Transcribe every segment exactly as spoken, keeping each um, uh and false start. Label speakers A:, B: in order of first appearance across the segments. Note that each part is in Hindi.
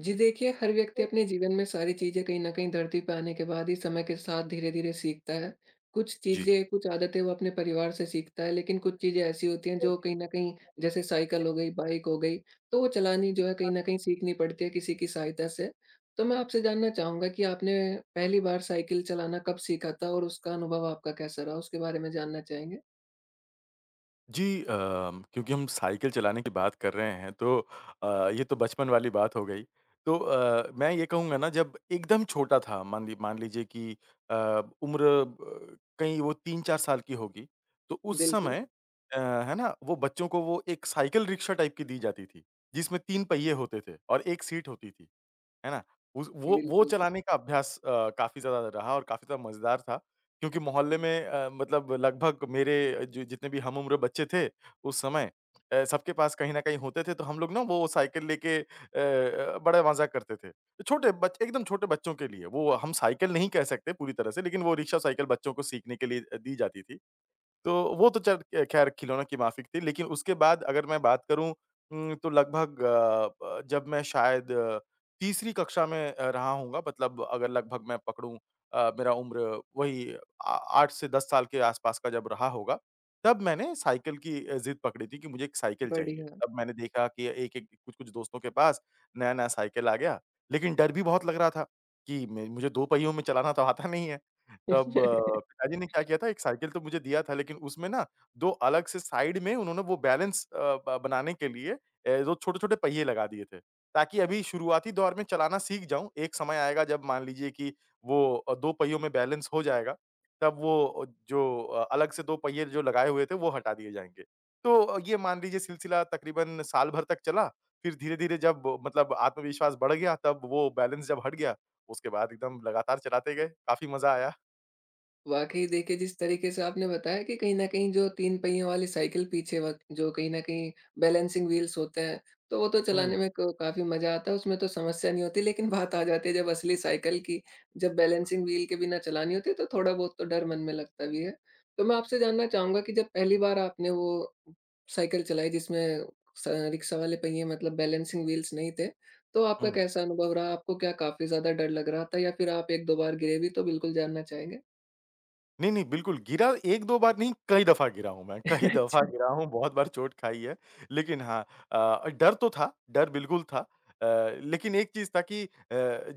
A: जी देखिए, हर व्यक्ति अपने जीवन में सारी चीज़ें कहीं न कहीं धरती पे आने के बाद ही समय के साथ धीरे-धीरे सीखता है। कुछ
B: जी।
A: चीज़ें, कुछ आदतें वो अपने परिवार से सीखता है, लेकिन कुछ चीज़ें ऐसी होती हैं जो कहीं न कहीं जैसे साइकिल हो गई, बाइक हो गई, तो वो चलानी जो है कहीं न कहीं सीखनी पड़ती है किसी की सहायता से। तो मैं आपसे जानना चाहूँगा कि आपने पहली बार साइकिल चलाना कब सीखा था और उसका अनुभव आपका कैसा रहा? उसके बारे में जानना चाहेंगे?
B: जी अ, क्योंकि हम साइकिल चलाने की बात कर रहे हैं तो अ, ये तो बचपन वाली बात हो गई। तो अ, मैं ये कहूँगा ना जब एकदम छोटा था मान लि मान लीजिए कि अ, उम्र अ, कहीं वो तीन चार साल की होगी। तो उस
A: बिल्कुल,
B: समय अ, है ना? वो बच्चों को वो एक साइकिल रिक्शा टाइप की दी जाती थी, जिसमें तीन पहिए होते थे और एक सीट होती थी। है ना? उस वो वो
A: बिल्कुल।
B: चलाने का अभ्यास अ, काफ़ी ज़्यादा रहा और काफ़ी ज़्यादा मज़ेदार था क्योंकि मोहल्ले में अ, मतलब लगभग मेरे जि जितने भी हम उम्र बच्चे थे उस समय अ, सबके पास कहीं न कहीं होते थे, तो हम लोग ना वो साइकिल लेके अ, बड़ा मज़ा करते थे। छोटे बच एकदम छोटे बच्चों के लिए, वो हम साइकिल नहीं कह सकते पूरी तरह से, लेकिन वो रिक्शा साइकिल बच्चों को सीखने के लिए अ, दी जाती थी। तो वो तो चल ख खैर खिलौनों की माफिक थी। लेकिन उसके बाद अगर मैं बात करूँ उम, तो लगभग अ, ब जब मैं शायद अ, तीसरी कक्षा में अ, रहा हूँगा मतलब अगर लगभग मैं पकड़ूँ अ, मेरा उम्र वही आ आठ से दस साल के आस-पास का जब रहा होगा, तब मैंने साइकिल की अ, ज़िद पकड़ी थी कि मुझे एक साइकिल चाहिए।
A: बढ़िया।
B: तब मैंने देखा कि एक-एक, कुछ-कुछ दोस्तों के पास नया-नया साइकिल आ गया। लेकिन डर भी बहुत लग रहा था कि मैं मुझे दो पहियों में चलाना तो आता नहीं है। तब अ, पिताजी ने क्या किया था, एक साइकिल तो मुझे दिया था, लेकिन उसमें ना दो अलग से साइड में उन्होंने वो बैलेंस अ, ब बनाने के लिए ए, जो छोटे-छोटे पहिए लगा दिए थे, ताकि अभी शुरुआती दौर में चलाना सीख जाऊँ। एक समय आएगा जब मान लीजिए कि वो अ, दो पहियों में बैलेंस हो जाएगा, तब वो अ, जो अ, अलग से दो पहिए जो लगाए हुए थे, वो हटा दिए जाएँगे। तो अ, ये मान लीजिए सिलसिला तकरीबन साल भर तक चला, फिर धीरे-धीरे जब अ, मतलब आत्मविश्वास बढ़ गया, तब वो बैलेंस जब हट गया, उसके बाद एकदम लगातार चलाते गए, काफ़ी मज़ा आया।
A: वाक़ई देखिए, जिस तरीके से आपने बताया कि कहीं न कहीं जो तीन पहियों वाली साइकिल पीछे व जो कहीं न कहीं बैलेंसिंग व्हील्स होते हैं, तो वो तो
B: हुँ,
A: चलाने में क काफ़ी मज़ा आता है, उसमें तो समस्या नहीं होती। लेकिन बात आ जाती है जब असली साइकिल की, जब बैलेंसिंग व्हील के बिना चलानी होती है, तो थोड़ा बहुत तो डर मन में लगता भी है। तो मैं आपसे जानना चाहूँगा कि जब पहली बार आपने वो साइकिल चलाई जिसमें स रिक्शा वाले पहिए मतलब बैलेंसिंग व्हील्स नहीं थे, तो आपका
B: हुँ।
A: कैसा अनुभव रहा? आपको क्या काफ़ी ज़्यादा डर लग रहा था या फिर आप एक दो बार गिरे भी? तो बिल्कुल जानना चाहेंगे।
B: नहीं, नहीं, बिल्कुल गिरा एक दो बार नहीं कई दफ़ा गिरा हूँ मैं, कई दफ़ा
A: अच्छा,
B: गिरा हूँ, बहुत बार चोट खाई है। लेकिन हाँ अ, डर तो था, डर बिल्कुल था। अ, लेकिन एक चीज़ था कि अ,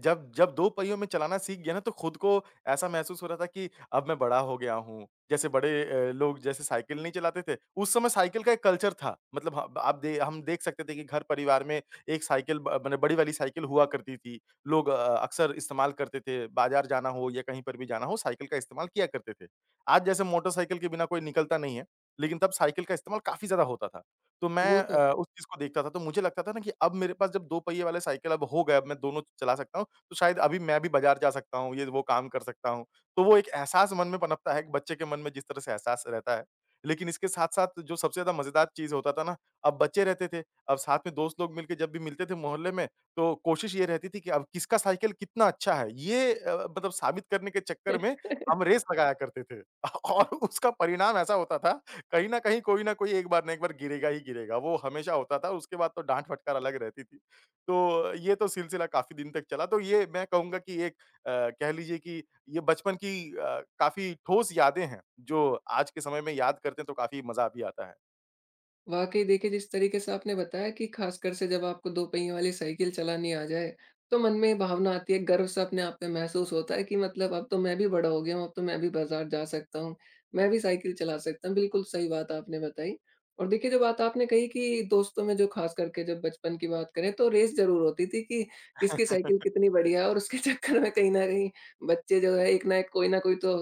B: जब जब दो पहियों में चलाना सीख गया ना तो खुद को ऐसा महसूस हो रहा था कि अब मैं बड़ा हो गया हूँ। जैसे बड़े अ, लोग जैसे साइकिल नहीं चलाते थे, उस समय साइकिल का एक कल्चर था। मतलब ह आप दे हम देख सकते थे कि घर परिवार में एक साइकिल ब मने बड़ी वाली साइकिल हुआ करती थी। लोग अ, अक्सर इस्तेमाल करते थे, बाज़ार जाना हो या कहीं पर भी जाना हो साइकिल का इस्तेमाल किया करते थे। आज जैसे मोटरसाइकिल के बिना कोई निकलता नहीं है, लेकिन तब साइकिल का इस्तेमाल काफ़ी ज़्यादा होता था। तो मैं
A: वो तो
B: अ, उस चीज़ को देखता था तो मुझे लगता था ना कि अब मेरे पास जब दो पहिए वाला साइकिल अब हो गया, अब मैं दोनों चला सकता हूँ, तो शायद अभी मैं भी बाज़ार जा सकता हूँ, ये वो काम कर सकता हूँ। तो वो एक एहसास मन में पनपता है, एक बच्चे के मन में जिस तरह से एहसास रहता है। लेकिन इसके साथ-साथ जो सबसे ज़्यादा मज़ेदार चीज़ होता था ना, अब बच्चे रहते थे, अब साथ में दोस्त लोग मिलके जब भी मिलते थे मोहल्ले में तो कोशिश ये रहती थी कि अब किसका साइकिल कितना अच्छा है, ये अ, मतलब साबित करने के चक्कर
A: है।
B: में हम रेस लगाया करते थे। और उसका परिणाम ऐसा होता था, कहीं न कहीं कोई ना कोई एक बार ना एक बार गिरेगा ही गिरेगा, वो हमेशा होता था, उसके बाद तो डाँट-फटकार अलग रहती थी। तो ये तो सिलसिला काफ़ी दिन तक चला, तो ये मैं कहूँगा कि एक अ, कह लीजिए कि ये बचपन की अ, काफ़ी ठोस यादें हैं, जो आज के समय में याद करते हैं तो काफ़ी मज़ा भी आता है।
A: वाक़ई देखिए, जिस तरीके से आपने बताया कि ख़ासकर से जब आपको दो पहियों वाली साइकिल चलानी आ जाए, तो मन में ये भावना आती है, गर्व-सा अपने आप में महसूस होता है कि मतलब अब तो मैं भी बड़ा हो गया हूँ, अब तो मैं भी बाज़ार जा सकता हूँ, मैं भी साइकिल चला सकता हूँ। बिल्कुल सही बात आपने बताई। और देखिए, जो बात आपने कही कि दोस्तों में जो ख़ास करके जब बचपन की बात करें, तो रेस ज़रूर होती थी कि किसकी साइकिल कितनी बढ़िया है और उसके चक्कर में कहीं न कहीं बच्चे जो है, एक ना एक कोई ना कोई तो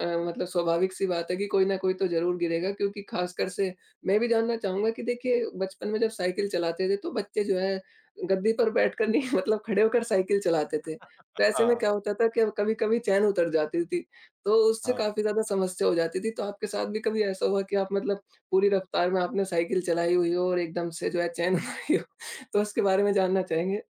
A: अ, मतलब स्वाभाविक-सी बात है कि कोई ना कोई तो ज़रूर गिरेगा। क्योंकि ख़ासकर से मैं भी जानना चाहूँगा कि देखिए बचपन में जब साइकिल चलाते थे तो बच्चे जो है गद्दी पर बैठकर नहीं मतलब खड़े होकर साइकिल चलाते थे। तो ऐसे में
B: हाँ,
A: क्या होता था कि कभी-कभी चैन उतर जाती थी, तो उससे
B: हाँ।
A: काफ़ी ज़्यादा समस्या हो जाती थी। तो आपके साथ भी कभी ऐसा हुआ कि आप मतलब पूरी रफ्तार में आपने साइकिल चलाई हुई हो और एकदम से जो है चैन उतारी हो? तो उसके बारे में जानना चाहेंगे?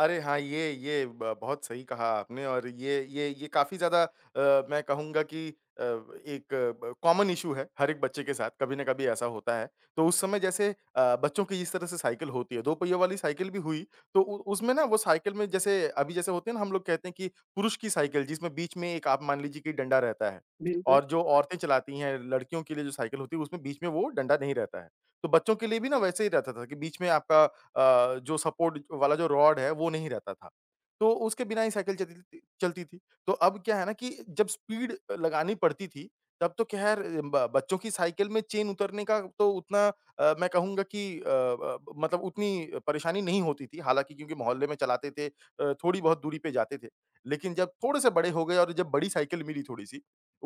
B: अरे हाँ, ये ये ब बहुत सही कहा आपने और ये ये ये काफ़ी ज़्यादा अ, मैं कहूँगा कि अ, एक ब कॉमन इश्यू है, हर एक बच्चे के साथ कभी न कभी ऐसा होता है। तो उस समय जैसे अ, बच्चों की जिस तरह से साइकिल होती है, दो पहियों वाली साइकिल भी हुई, तो उ उसमें ना वो साइकिल में जैसे अभी जैसे होते हैं ना, हम लोग कहते हैं कि पुरुष की साइकिल जिसमें बीच में एक आप मान लीजिए कि डंडा रहता है
A: बिल्कुल।
B: और जो औरतें चलाती हैं, लड़कियों के लिए जो साइकिल होती है, उसमें बीच में वो डंडा नहीं रहता है। तो बच्चों के लिए भी ना वैसे ही रहता था कि बीच में आपका अ, जो सपोर्ट वाला जो रॉड है वो नहीं रहता था। तो उसके बिना ही साइकिल चलती थी चलती थी। तो अब क्या है ना कि जब स्पीड लगानी पड़ती थी, तब तो खैर ब बच्चों की साइकिल में चेन उतरने का तो उतना अ, मैं कहूँगा कि अ, ब मतलब उतनी परेशानी नहीं होती थी। हालाँकि क्योंकि मोहल्ले में चलाते थे अ, थोड़ी बहुत दूरी पे जाते थे। लेकिन जब थोड़े से बड़े हो गए और जब बड़ी साइकिल मिली थोड़ी-सी,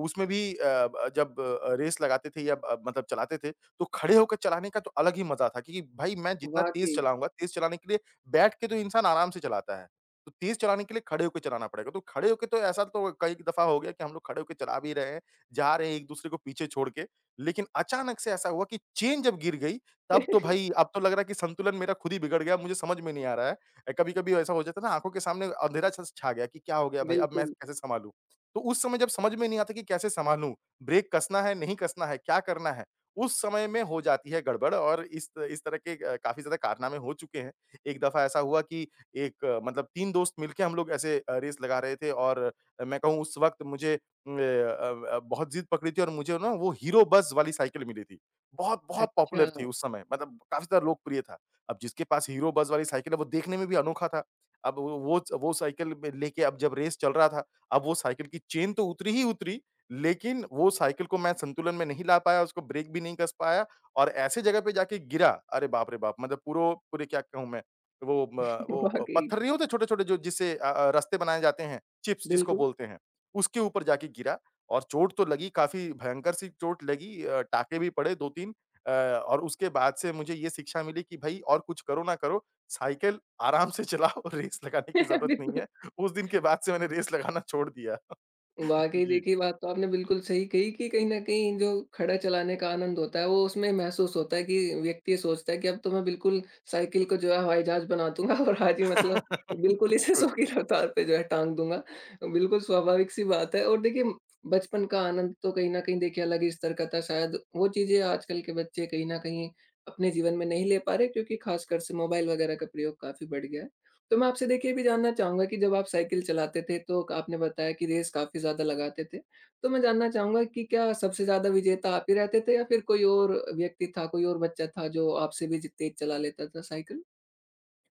B: उसमें भी अ, ब जब अ, रेस लगाते थे या ब मतलब चलाते थे, तो खड़े होकर चलाने का तो अलग ही मज़ा था क्योंकि भाई मैं जितना तेज़
A: वाक़ई।
B: चलाऊँगा, तेज़ चलाने के लिए बैठ के तो इंसान आराम से चलाता है। तो तेज़ चलाने के लिए खड़े होके चलाना पड़ेगा। तो खड़े होके तो ऐसा तो कई दफ़ा हो गया कि हम लोग खड़े होके चला भी रहे हैं, जा रहे हैं एक-दूसरे को पीछे छोड़ के। लेकिन अचानक से ऐसा हुआ कि चेन जब गिर गई, तब तो भाई अब तो लग रहा है कि संतुलन मेरा खुद ही बिगड़ गया, मुझे समझ में नहीं आ रहा है। अ, कभी-कभी ऐसा हो जाता है ना आँखों के सामने अँधेरा सा छा गया कि क्या हो गया भाई, अब मैं
A: बिल्कुल।
B: कैसे सँभालूँ? तो उस समय जब समझ में नहीं आता कि कैसे सँभालूँ? ब्रेक कसना है, नहीं कसना है, क्या करना है? उस समय में हो जाती है गड़बड़ और इस इस तरह के अ, काफ़ी ज़्यादा कारनामे हो चुके हैं। एक दफ़ा ऐसा हुआ कि एक अ, मतलब तीन दोस्त मिलके हम लोग ऐसे अ, रेस लगा रहे थे और मैं कहूँ उस वक़्त मुझे उम, ए अ अ, बहुत ज़िद पकड़ी थी और मुझे ना वो हीरो बज़ वाली साइकिल मिली थी। बहुत-बहुत
A: अच्छा।
B: पॉपुलर थी उस समय मतलब काफ़ी ज़्यादा लोकप्रिय था। अब जिसके पास हीरो बज़ वाली साइकिल है वो देखने में भी अनोखा था। अब वो वो वो साइकिल में लेके अब जब रेस चल रहा था, अब वो साइकिल की चेन तो उतरी ही उतरी लेकिन वो साइकिल को मैं संतुलन में नहीं ला पाया, उसको ब्रेक भी नहीं कस पाया और ऐसे जगह पे जाके गिरा, अरे बाप रे बाप! मतलब पूरो पूरे क्या कहूँ मैं, वो म वो
A: वाक़ई।
B: पत्थर नहीं होते छोटे-छोटे जो जिससे अ अ, रास्ते बनाए जाते हैं, चिप्स जिसको
A: बिल्कुल।
B: बोलते हैं, उसके ऊपर जाके गिरा और चोट तो लगी, काफ़ी भयंकर सी चोट लगी अ, टाँके भी पड़े दो तीन अ, और उसके बाद से मुझे ये शिक्षा मिली कि भई और कुछ करो ना करो, साइकिल आराम से चलाओ, रेस लगाने की ज़रूरत नहीं
A: बिल्कुल।
B: है। उस दिन के बाद से मैंने रेस लगाना छोड़ दिया।
A: वाक़ई
B: जी,
A: देखिए, बात तो आपने बिल्कुल सही कही कि कहीं न कहीं जो खड़ा चलाने का आनंद होता है, वो उसमें महसूस होता है कि व्यक्ति ये सोचता है कि अब तो मैं बिल्कुल साइकिल को जो है हवाई जहाज़ बना दूँगा और आज ही मतलब बिल्कुल इसे सौ
B: बिल्कुल।
A: की रफ़्तार पे जो है टाँग दूँगा। बिल्कुल स्वाभाविक-सी बात है। और देखिए बचपन का आनंद तो कहीं न कहीं देखिए अलग ही स्तर का था। शायद वो चीज़ें आजकल के बच्चे कहीं न कहीं अपने जीवन में नहीं ले पा रहे, क्योंकि ख़ासकर से मोबाइल वग़ैरह का प्रयोग काफ़ी बढ़ गया है। तो मैं आपसे देखिए ये भी जानना चाहूँगा कि जब आप साइकिल चलाते थे तो आपने बताया कि रेस काफ़ी ज़्यादा लगाते थे। तो मैं जानना चाहूँगा कि क्या सबसे ज़्यादा विजेता आप ही रहते थे या फिर कोई और व्यक्ति था, कोई और बच्चा था जो आपसे भी ज तेज़ चला लेता था साइकिल?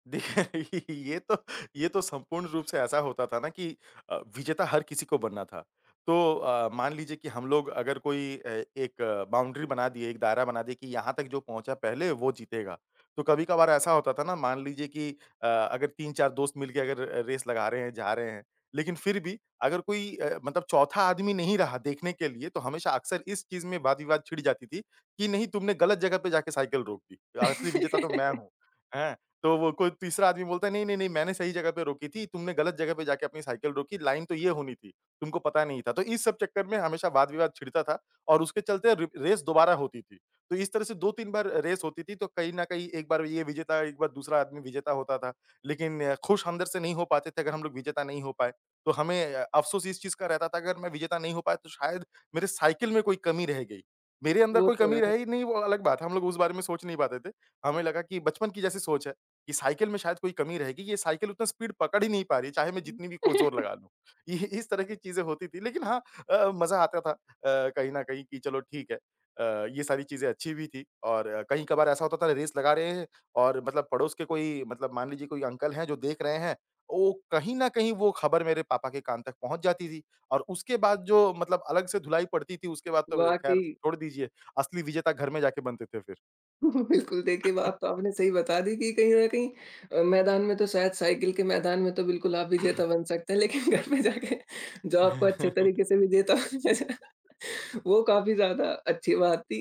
B: देखिए ये तो ये तो संपूर्ण रूप से ऐसा होता था ना कि अ, विजेता हर किसी को बनना था। तो अ, मान लीजिए कि हम लोग अगर कोई अ, एक बाउंड्री बना दिए, एक दायरा बना दिए कि यहाँ तक जो पहुँचा पहले वो जीतेगा। तो कभी-कभार ऐसा होता था ना मान लीजिए कि अ, अगर तीन चार दोस्त मिल के अगर अ, रेस लगा रहे हैं, जा रहे हैं। लेकिन फिर भी अगर कोई अ, मतलब चौथा आदमी नहीं रहा देखने के लिए तो हमेशा अक्सर इस चीज़ में वाद-विवाद छिड़ जाती थी कि नहीं तुमने गलत जगह पे जाके साइकिल रोक दी। असली विजेता तो मैं हूँ। हैं? तो वो कोई तीसरा आदमी बोलता है, "नहीं, नहीं, नहीं, मैंने सही जगह पे रोकी थी, तुमने गलत जगह पे जाके अपनी साइकिल रोकी, लाइन तो ये होनी थी, तुमको पता नहीं था।" तो इस सब चक्कर में हमेशा वाद-विवाद छिड़ता था और उसके चलते रि रेस दोबारा होती थी। तो इस तरह से दो-तीन बार रेस होती थी, तो कहीं न कहीं एक बार ये विजेता, एक बार दूसरा आदमी विजेता होता था। लेकिन अ, खुश अंदर से नहीं हो पाते थे अगर हम लोग विजेता नहीं हो पाए। तो हमें अ, अफ़सोस इस चीज़ का रहता था अगर मैं विजेता नहीं हो पाया तो शायद मेरे साइकिल में कोई कमी रह गई। मेरे अंदर
A: वो
B: कोई
A: तो
B: कमी
A: है।
B: रही नहीं वो अलग बात है, हम लोग उस बारे में सोच नहीं पाते थे। हमें लगा कि बचपन की जैसी सोच है। ये साइकिल में शायद कोई कमी रहेगी, ये साइकिल उतना स्पीड पकड़ ही नहीं पा रही, चाहे मैं जितनी भी को ज़ोर लगा लूँ। ये इस तरह की चीज़ें होती थी लेकिन हाँ, अ, मज़ा आता था अ, कहीं न कहीं कि चलो ठीक है, अ, ये सारी चीज़ें अच्छी भी थी और कहीं-कभार ऐसा होता था रेस लगा रहे हैं और मतलब पड़ोस के कोई मतलब मान लीजिए कोई अंकल हैं जो देख रहे हैं, वो कहीं न कहीं वो खबर मेरे पापा के कान तक पहुँच जाती थी और उसके बाद जो मतलब अलग से धुलाई पड़ती थी, उसके बाद तो खैर
A: वाक़ई।
B: छोड़ दीजिए, असली विजेता घर में जाके बनते थे फिर।
A: बिल्कुल। देखिए बात तो आपने सही बता दी कि कहीं न कहीं अ, मैदान में तो शायद साइकिल के मैदान में तो बिल्कुल आप विजेता बन सकते हैं, लेकिन घर पे जाके जो आपको अच्छे तरीके से विजेता बनाया जाए, वो काफ़ी ज़्यादा अच्छी बात थी।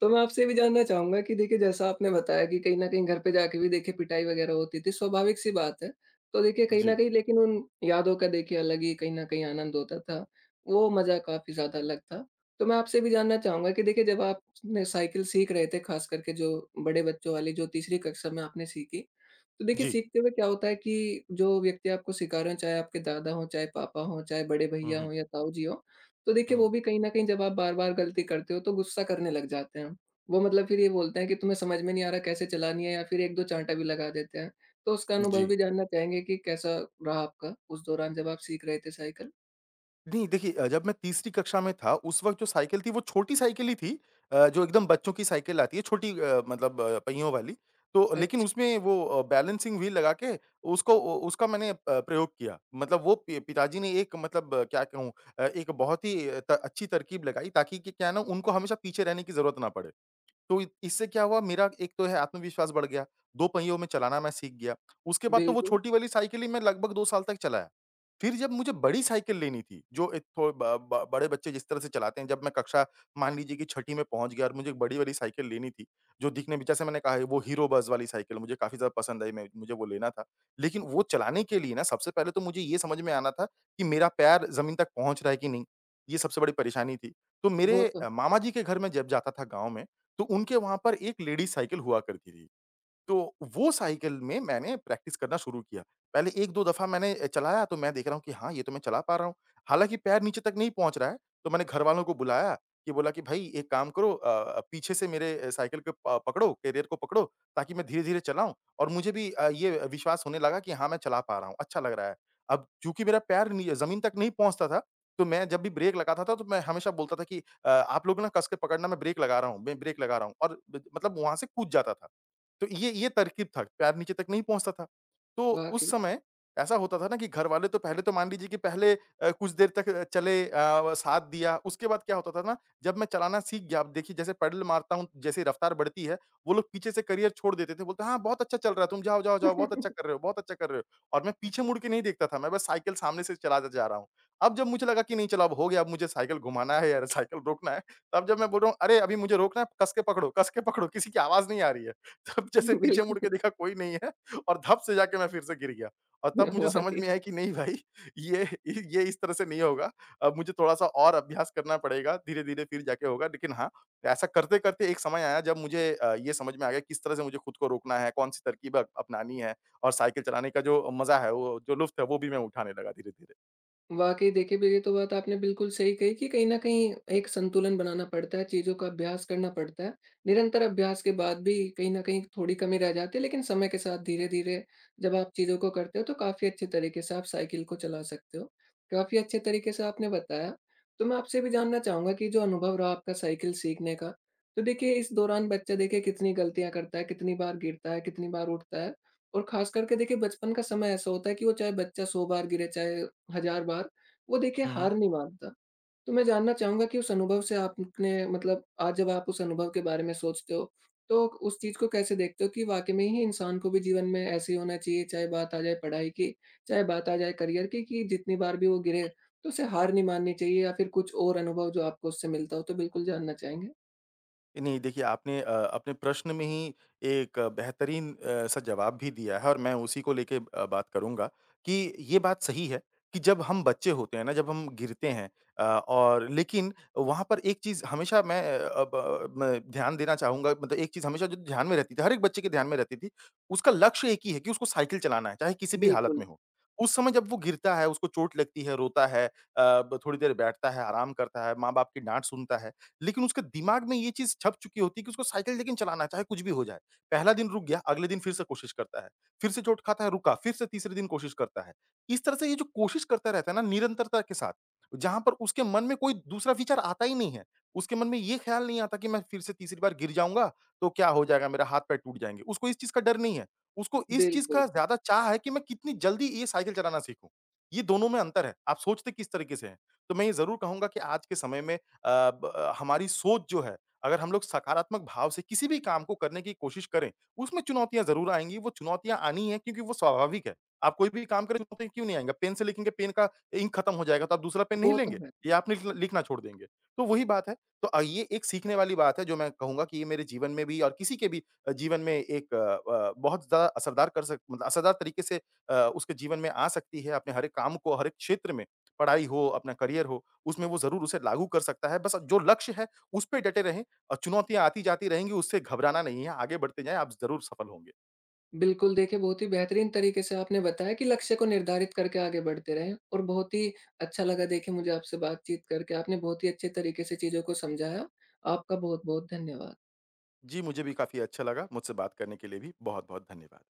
A: तो मैं आपसे ये भी जानना चाहूँगा कि देखिए जैसा आपने बताया कि कहीं न कहीं घर पे जाके भी देखिए पिटाई वग़ैरह होती थी, स्वाभाविक-सी बात है। तो देखिए कहीं न
B: जी,
A: कहीं लेकिन उन यादों का देखिए अलग ही कहीं न कहीं आनंद होता था, वो मज़ा काफ़ी ज़्यादा अलग था। तो मैं आपसे भी जानना चाहूँगा कि देखिए जब आपने साइकिल सीख रहे थे, ख़ास करके जो बड़े बच्चों वाली जो तीसरी कक्षा में आपने सीखी, तो देखिए
B: जी।
A: सीखते हुए क्या होता है कि जो व्यक्ति आपको सिखा रहे हो चाहे आपके दादा हो, चाहे पापा हो, चाहे बड़े
B: हुँ,
A: भैया
B: हुँ,
A: हो या ताऊ जी हो, तो देखिए वो
B: हुँ।
A: भी कहीं ना कहीं जब आप बार बार गलती करते हो तो गुस्सा करने लग जाते हैं। वो मतलब फिर ये बोलते हैं कि तुम्हें समझ में नहीं आ रहा कैसे चलानी है, या फिर एक दो चांटा भी लगा देते हैं। तो उसका अनुभव
B: जी।
A: भी जानना चाहेंगे कि कैसा रहा आपका उस दौरान जब आप सीख रहे थे साइकिल।
B: नहीं देखिए, अ, जब मैं तीसरी कक्षा में था उस वक़्त जो साइकिल थी वो छोटी साइकिल ही थी, अ, जो एकदम बच्चों की साइकिल आती है छोटी, अ, मतलब अ, पहियों वाली। तो लेकिन
A: अच्छा।
B: उसमें वो अ, बैलेंसिंग व्हील लगा के उसको उ उसका मैंने अ, प्रयोग किया। मतलब वो पि पिताजी ने एक मतलब अ, क्या कहूँ, अ, एक बहुत ही अ, त अच्छी तरकीब लगाई ताकि कि क्या है ना उनको हमेशा पीछे रहने की ज़रूरत ना पड़े। तो इत इससे क्या हुआ मेरा एक तो है आत्मविश्वास बढ़ गया, दो पहियों में चलाना मैं सीख गया। उसके बाद तो वो
A: बिल्कुल।
B: छोटी वाली साइकिल ही मैं लगभग दो साल तक चलाया। फिर जब मुझे बड़ी साइकिल लेनी थी, जो एक थो ब ब बड़े बच्चे जिस तरह से चलाते हैं, जब मैं कक्षा मान लीजिए कि छठी में पहुँच गया और मुझे एक बड़ी वाली साइकिल लेनी थी, जो दिखने में जैसे मैंने कहा है वो हीरो बस वाली साइकिल मुझे काफ़ी ज़्यादा पसंद आई मैं मुझे वो लेना था। लेकिन वो चलाने के लिए ना सबसे पहले तो मुझे ये समझ में आना था कि मेरा पैर ज़मीन तक पहुँच रहा है कि नहीं? ये सबसे बड़ी परेशानी थी। तो
A: वो
B: मेरे
A: तो है,
B: अ, मामा जी के घर में जब जाता था गाँव में तो उनके वहाँ पर एक लेडीज़ साइकिल हुआ करती थी। तो वो साइकिल में मैंने प्रैक्टिस करना शुरू किया। पहले एक-दो दफ़ा मैंने अ, चलाया तो मैं देख रहा हूँ कि हाँ, ये तो मैं चला पा रहा हूँ। हालाँकि पैर नीचे तक नहीं पहुँच रहा है, तो मैंने घरवालों को बुलाया कि बोला कि भई एक काम करो, अ अ, पीछे से मेरे अ, साइकिल को प पकड़ो, कैरियर को पकड़ो ताकि मैं धीरे-धीरे चलाऊँ और मुझे भी अ, ये विश्वास होने लगा कि हाँ, मैं चला पा रहा हूँ, अच्छा लग रहा है। अब चूँकि मेरा पैर नी ज़मीन तक नहीं पहुँचता था, तो मैं जब भी ब्रेक लगाता था तो मैं हमेशा बोलता था कि अ, आप लोग ना कस के पकड़ना मैं ब्रेक लगा रहा हूँ, मैं ब्रेक लगा रहा हूँ और ब मतलब वहाँ से कूद जाता था। तो ये ये तरकीब था, पैर नीचे तक नहीं पहुँचता था। तो उस
A: वाकई।
B: समय ऐसा होता था ना कि घरवाले तो पहले तो मान लीजिए कि पहले अ, कुछ देर तक अ, चले अ, वो साथ दिया, उसके बाद क्या होता था ना, जब मैं चलाना सीख गया, अब देखिए जैसे पैडल मारता हूँ, जैसे रफ्तार बढ़ती है, वो लोग पीछे से करियर छोड़ देते थे, बोलते, "हाँ, बहुत अच्छा चल रहा है, तुम जाओ, जाओ, जाओ, बहुत अच्छा कर रहे हो, बहुत अच्छा कर रहे हो।" और मैं पीछे मुड़ के नहीं देखता था, मैं बस साइकिल सामने से चलाता जा रहा हूँ। अब जब मुझे लगा कि नहीं चलो अब हो गया, अब मुझे साइकिल घुमाना है या साइकिल रोकना है, तब जब मैं बोल रहा हूँ, "अरे! अभी मुझे रोकना है, कस के पकड़ो, कस के पकड़ो।" किसी की आवाज़ नहीं आ रही है। तब जैसे पीछे मुड़ के
A: बिल्कुल।
B: देखा कोई नहीं है और धप से जाके मैं फिर से गिर गया और तब मुझे समझ
A: वाकई।
B: में आया कि नहीं भाई, ये ये इस तरह से नहीं होगा। अब मुझे थोड़ा-सा और अभ्यास करना पड़ेगा, धीरे-धीरे फिर जाके होगा। लेकिन हाँ, ऐसा करते-करते एक समय आया जब मुझे अ, ये समझ में आ गया किस तरह से मुझे खुद को रोकना है, कौन-सी तरकीब अ, अपनानी है और साइकिल चलाने का जो मज़ा है, वो जो लुफ्त है, वो भी मैं उठाने लगा धीरे-धीरे।
A: वाक़ई देखिए, भी ये तो बात आपने बिल्कुल सही कही कि कहीं न कहीं एक संतुलन बनाना पड़ता है, चीज़ों का अभ्यास करना पड़ता है। निरंतर अभ्यास के बाद भी कहीं न कहीं थोड़ी कमी रह जाती है, लेकिन समय के साथ धीरे-धीरे जब आप चीज़ों को करते हो तो काफ़ी अच्छे तरीके से आप साइकिल को चला सकते हो। काफ़ी अच्छे तरीके से आपने बताया। तो मैं आपसे भी जानना चाहूँगा कि जो अनुभव रहा आपका साइकिल सीखने का, तो देखिए इस दौरान बच्चा देखिए कितनी गलतियाँ करता है, कितनी बार गिरता है, कितनी बार उठता है? और ख़ास करके देखिए बचपन का समय ऐसा होता है कि वो चाहे बच्चा सौ बार गिरे, चाहे हज़ार बार, वो देखिए
B: हुँ, हुँ।
A: हार नहीं मानता। तो मैं जानना चाहूँगा कि उस अनुभव से आपने मतलब आज जब आप उस अनुभव के बारे में सोचते हो, तो उस चीज़ को कैसे देखते हो कि वाक़ई में ही इंसान को भी जीवन में ऐसे ही होना चाहिए, चाहे बात आ जाए पढ़ाई की, चाहे बात आ जाए करियर की, कि जितनी बार भी वो गिरे, तो उसे हार नहीं माननी चाहिए, या फिर कुछ और अनुभव जो आपको उससे मिलता हो, तो बिल्कुल जानना चाहेंगे?
B: नहीं, देखिए आपने अ, अपने प्रश्न में ही एक अ, बेहतरीन अ, सा जवाब भी दिया है और मैं उसी को लेके अ, बात करूँगा कि ये बात सही है कि जब हम बच्चे होते हैं ना, जब हम गिरते हैं अ, और लेकिन वहाँ पर एक चीज़ हमेशा मैं अ, ब मैं ध्यान देना चाहूँगा, मतलब एक चीज़ हमेशा जो ध्यान में रहती थी, हर एक बच्चे के ध्यान में रहती थी, उसका लक्ष्य एक ही है कि उसको साइकिल चलाना है, चाहे किसी भी हालत
A: बिल्कुल,
B: में हो। उस समय जब वो गिरता है, उसको चोट लगती है, रोता है, अ, ब थोड़ी देर बैठता है, आराम करता है, माँ-बाप की डाँट सुनता है, लेकिन उसके दिमाग में ये चीज़ छप चुकी होती है कि उसको साइकिल लेकिन चलाना है, चाहे कुछ भी हो जाए। पहला दिन रुक गया, अगले दिन फिर से कोशिश करता है, फिर से चोट खाता है, रुका, फिर से तीसरे दिन कोशिश करता है। इस तरह से ये जो कोशिश करता रहता है ना निरंतरता के साथ, जहाँ पर उसके मन में कोई दूसरा विचार आता ही नहीं है। उसके मन में ये ख़्याल नहीं आता कि मैं फिर से तीसरी बार गिर जाऊँगा, तो क्या हो जाएगा, मेरा हाथ-पैर टूट जाएँगे। उसको इस चीज़ का डर नहीं है। उसको इस चीज़
A: बिल्कुल।
B: का ज़्यादा चाह है कि मैं कितनी जल्दी ये साइकिल चलाना सीखूँ। ये दोनों में अंतर है। आप सोचते किस तरीके से हैं? तो मैं ये ज़रूर कहूँगा कि आज के समय में अ, ब हमारी सोच जो है, अगर हम लोग सकारात्मक भाव से किसी भी काम को करने की कोशिश करें, उसमें चुनौतियाँ ज़रूर आएँगी। वो चुनौतियाँ आनी ही हैं क्योंकि वो स्वाभाविक है। आप कोई भी काम करें तो क्यों नहीं आएँगा? पेन से लिखेंगे, पेन का इंक खत्म हो जाएगा तो आप दूसरा पेन नहीं
A: वो तो
B: लेंगे
A: है।
B: या आप लिख लिखना छोड़ देंगे। तो वही बात है। तो अ, ये एक सीखने वाली बात है जो मैं कहूँगा कि ये मेरे जीवन में भी और किसी के भी अ, जीवन में एक अ अ, बहुत ज़्यादा असरदार कर सक मतलब असरदार तरीके से अ, उसके जीवन में आ सकती है अपने हर एक काम को, हर एक क्षेत्र में। पढ़ाई हो, अपना करियर हो। उसमें वो ज़रूर उसे लागू कर सकता है। बस जो लक्ष्य है, उस पे डटे रहें और चुनौतियाँ आती जाती रहेंगी, उससे घबराना नहीं है, आगे बढ़ते जाएँ, आप ज़रूर सफल होंगे।
A: बिल्कुल, देखिए बहुत ही बेहतरीन तरीके से आपने बताया कि लक्ष्य को निर्धारित करके आगे बढ़ते रहें। और बहुत ही अच्छा लगा देखिए मुझे आपसे बातचीत करके। आपने बहुत ही अच्छे तरीके से चीज़ों को समझाया। आपका बहुत-बहुत धन्यवाद।
B: जी, मुझे भी काफ़ी अच्छा लगा। मुझसे बात करने के लिए भी बहुत-बहुत धन्यवाद।